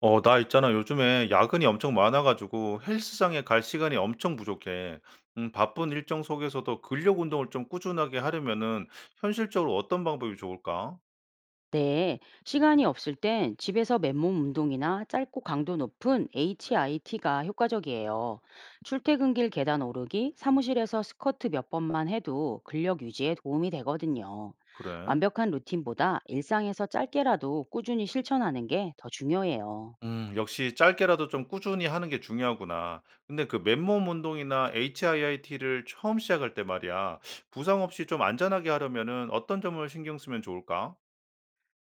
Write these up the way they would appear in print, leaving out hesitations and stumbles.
나 있잖아. 요즘에 야근이 엄청 많아 가지고 헬스장에 갈 시간이 엄청 부족해. 바쁜 일정 속에서도 근력 운동을 좀 꾸준하게 하려면은 현실적으로 어떤 방법이 좋을까? 네, 시간이 없을 땐 집에서 맨몸 운동이나 짧고 강도 높은 HIIT가 효과적이에요. 출퇴근길 계단 오르기, 사무실에서 스쿼트 몇 번만 해도 근력 유지에 도움이 되거든요. 그래. 완벽한 루틴보다 일상에서 짧게라도 꾸준히 실천하는 게 더 중요해요. 역시 짧게라도 좀 꾸준히 하는 게 중요하구나. 근데 그 맨몸 운동이나 HIIT를 처음 시작할 때 말이야. 부상 없이 좀 안전하게 하려면은 어떤 점을 신경 쓰면 좋을까?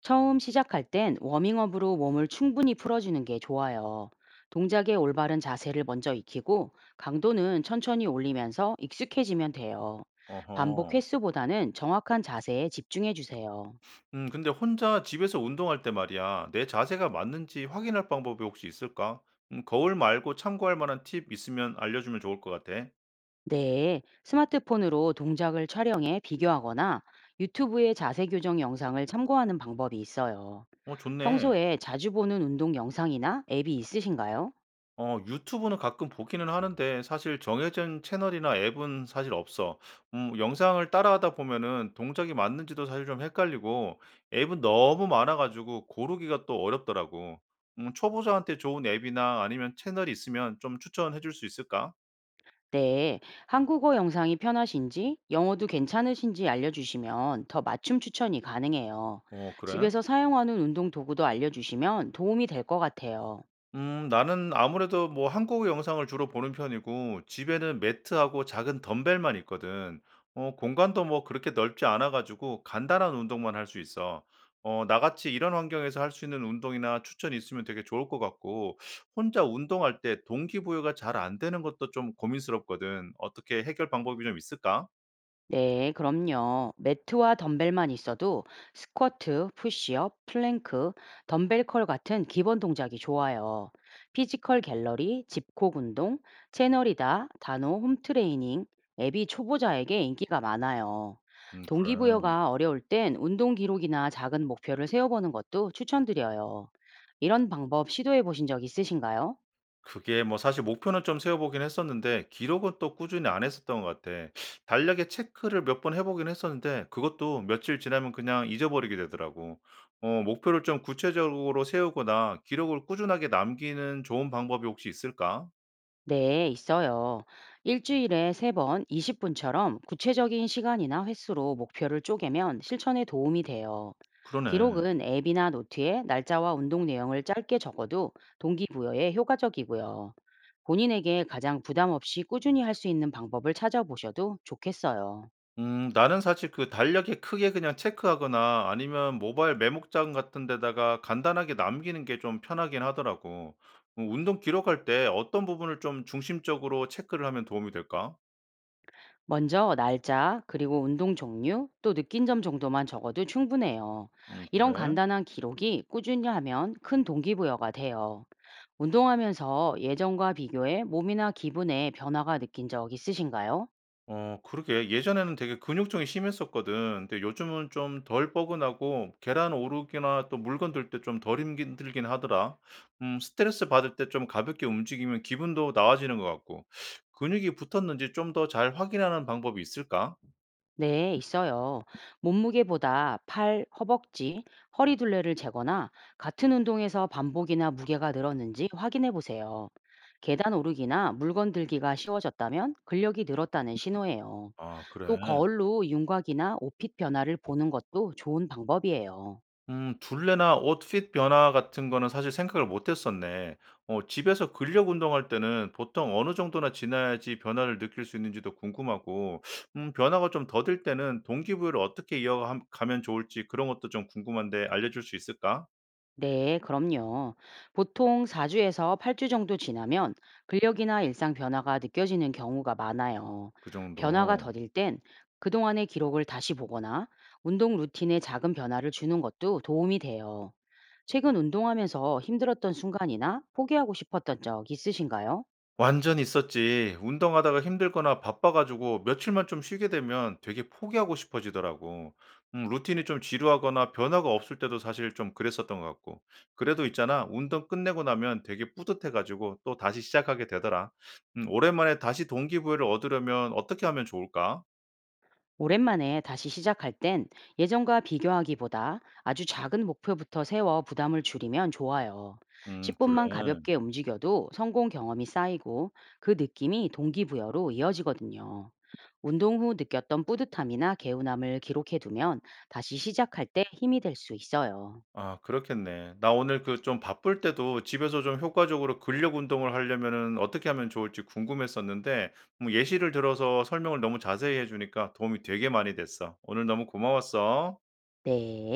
처음 시작할 땐 워밍업으로 몸을 충분히 풀어주는 게 좋아요. 동작의 올바른 자세를 먼저 익히고 강도는 천천히 올리면서 익숙해지면 돼요. 반복 어허. 횟수보다는 정확한 자세에 집중해 주세요. 근데 혼자 집에서 운동할 때 말이야, 내 자세가 맞는지 확인할 방법이 혹시 있을까? 거울 말고 참고할 만한 팁 있으면 알려주면 좋을 것 같아. 네, 스마트폰으로 동작을 촬영해 비교하거나 유튜브의 자세 교정 영상을 참고하는 방법이 있어요. 어, 좋네. 평소에 자주 보는 운동 영상이나 앱이 있으신가요? 어, 유튜브는 가끔 보기는 하는데 사실 정해진 채널이나 앱은 사실 없어. 영상을 따라하다 보면은 동작이 맞는지도 사실 좀 헷갈리고 앱은 너무 많아가지고 고르기가 또 어렵더라고. 초보자한테 좋은 앱이나 아니면 채널이 있으면 좀 추천해 줄 수 있을까? 네, 한국어 영상이 편하신지, 영어도 괜찮으신지 알려주시면 더 맞춤 추천이 가능해요. 어, 그래? 집에서 사용하는 운동 도구도 알려주시면 도움이 될 것 같아요. 음, 나는 아무래도 뭐 한국 영상을 주로 보는 편이고 집에는 매트하고 작은 덤벨만 있거든. 어, 공간도 뭐 그렇게 넓지 않아 가지고 간단한 운동만 할 수 있어. 어, 나같이 이런 환경에서 할 수 있는 운동이나 추천이 있으면 되게 좋을 것 같고 혼자 운동할 때 동기부여가 잘 안 되는 것도 좀 고민스럽거든. 어떻게 해결 방법이 좀 있을까? 네, 그럼요. 매트와 덤벨만 있어도 스쿼트, 푸시업, 플랭크, 덤벨 컬 같은 기본 동작이 좋아요. 피지컬 갤러리, 집콕 운동, 채널이다, 단호, 홈트레이닝, 앱이 초보자에게 인기가 많아요. 음, 그래. 동기부여가 어려울 땐 운동 기록이나 작은 목표를 세워보는 것도 추천드려요. 이런 방법 시도해 보신 적 있으신가요? 그게 뭐 사실 목표는 좀 세워보긴 했었는데 기록은 또 꾸준히 안 했었던 것 같아. 달력에 체크를 몇 번 해보긴 했었는데 그것도 며칠 지나면 그냥 잊어버리게 되더라고. 어, 목표를 좀 구체적으로 세우거나 기록을 꾸준하게 남기는 좋은 방법이 혹시 있을까? 네, 있어요. 일주일에 세번 20분처럼 구체적인 시간이나 횟수로 목표를 쪼개면 실천에 도움이 돼요. 그러네. 기록은 앱이나 노트에 날짜와 운동 내용을 짧게 적어도 동기부여에 효과적이고요. 본인에게 가장 부담 없이 꾸준히 할 수 있는 방법을 찾아보셔도 좋겠어요. 나는 사실 그 달력에 크게 그냥 체크하거나 아니면 모바일 메모장 같은 데다가 간단하게 남기는 게 좀 편하긴 하더라고. 운동 기록할 때 어떤 부분을 좀 중심적으로 체크를 하면 도움이 될까? 먼저 날짜, 그리고 운동 종류, 또 느낀 점 정도만 적어도 충분해요. 음, 이런 그래? 간단한 기록이 꾸준히 하면 큰 동기부여가 돼요. 운동하면서 예전과 비교해 몸이나 기분에 변화가 느낀 적 있으신가요? 어, 그러게. 예전에는 되게 근육통이 심했었거든. 근데 요즘은 좀 덜 뻐근하고 계란 오르기나 또 물건 들 때 좀 덜 힘들긴 하더라. 음, 스트레스 받을 때 좀 가볍게 움직이면 기분도 나아지는 것 같고. 근육이 붙었는지 좀 더 잘 확인하는 방법이 있을까? 네, 있어요. 몸무게보다 팔, 허벅지, 허리 둘레를 재거나 같은 운동에서 반복이나 무게가 늘었는지 확인해 보세요. 계단 오르기나 물건 들기가 쉬워졌다면 근력이 늘었다는 신호예요. 아, 그래. 또 거울로 윤곽이나 옷핏 변화를 보는 것도 좋은 방법이에요. 음, 둘레나 옷핏 변화 같은 거는 사실 생각을 못 했었네. 어, 집에서 근력 운동할 때는 보통 어느 정도나 지나야지 변화를 느낄 수 있는지도 궁금하고 변화가 좀 더딜 때는 동기부여를 어떻게 이어가 가면 좋을지 그런 것도 좀 궁금한데 알려 줄 수 있을까? 네, 그럼요. 보통 4주에서 8주 정도 지나면 근력이나 일상 변화가 느껴지는 경우가 많아요. 그 변화가 정도. 더딜 땐 그동안의 기록을 다시 보거나 운동 루틴에 작은 변화를 주는 것도 도움이 돼요. 최근 운동하면서 힘들었던 순간이나 포기하고 싶었던 적 있으신가요? 완전 있었지. 운동하다가 힘들거나 바빠 가지고 며칠만 좀 쉬게 되면 되게 포기하고 싶어지더라고. 루틴이 좀 지루하거나 변화가 없을 때도 사실 좀 그랬었던 것 같고. 그래도 있잖아. 운동 끝내고 나면 되게 뿌듯해 가지고 또 다시 시작하게 되더라. 오랜만에 다시 동기부여를 얻으려면 어떻게 하면 좋을까? 오랜만에 다시 시작할 땐 예전과 비교하기보다 아주 작은 목표부터 세워 부담을 줄이면 좋아요. 그래. 10분만 가볍게 움직여도 성공 경험이 쌓이고 그 느낌이 동기부여로 이어지거든요. 운동 후 느꼈던 뿌듯함이나 개운함을 기록해두면 다시 시작할 때 힘이 될 수 있어요. 아, 그렇겠네. 나 오늘 그 좀 바쁠 때도 집에서 좀 효과적으로 근력 운동을 하려면은 어떻게 하면 좋을지 궁금했었는데 뭐 예시를 들어서 설명을 너무 자세히 해 주니까 도움이 되게 많이 됐어. 오늘 너무 고마웠어. 네.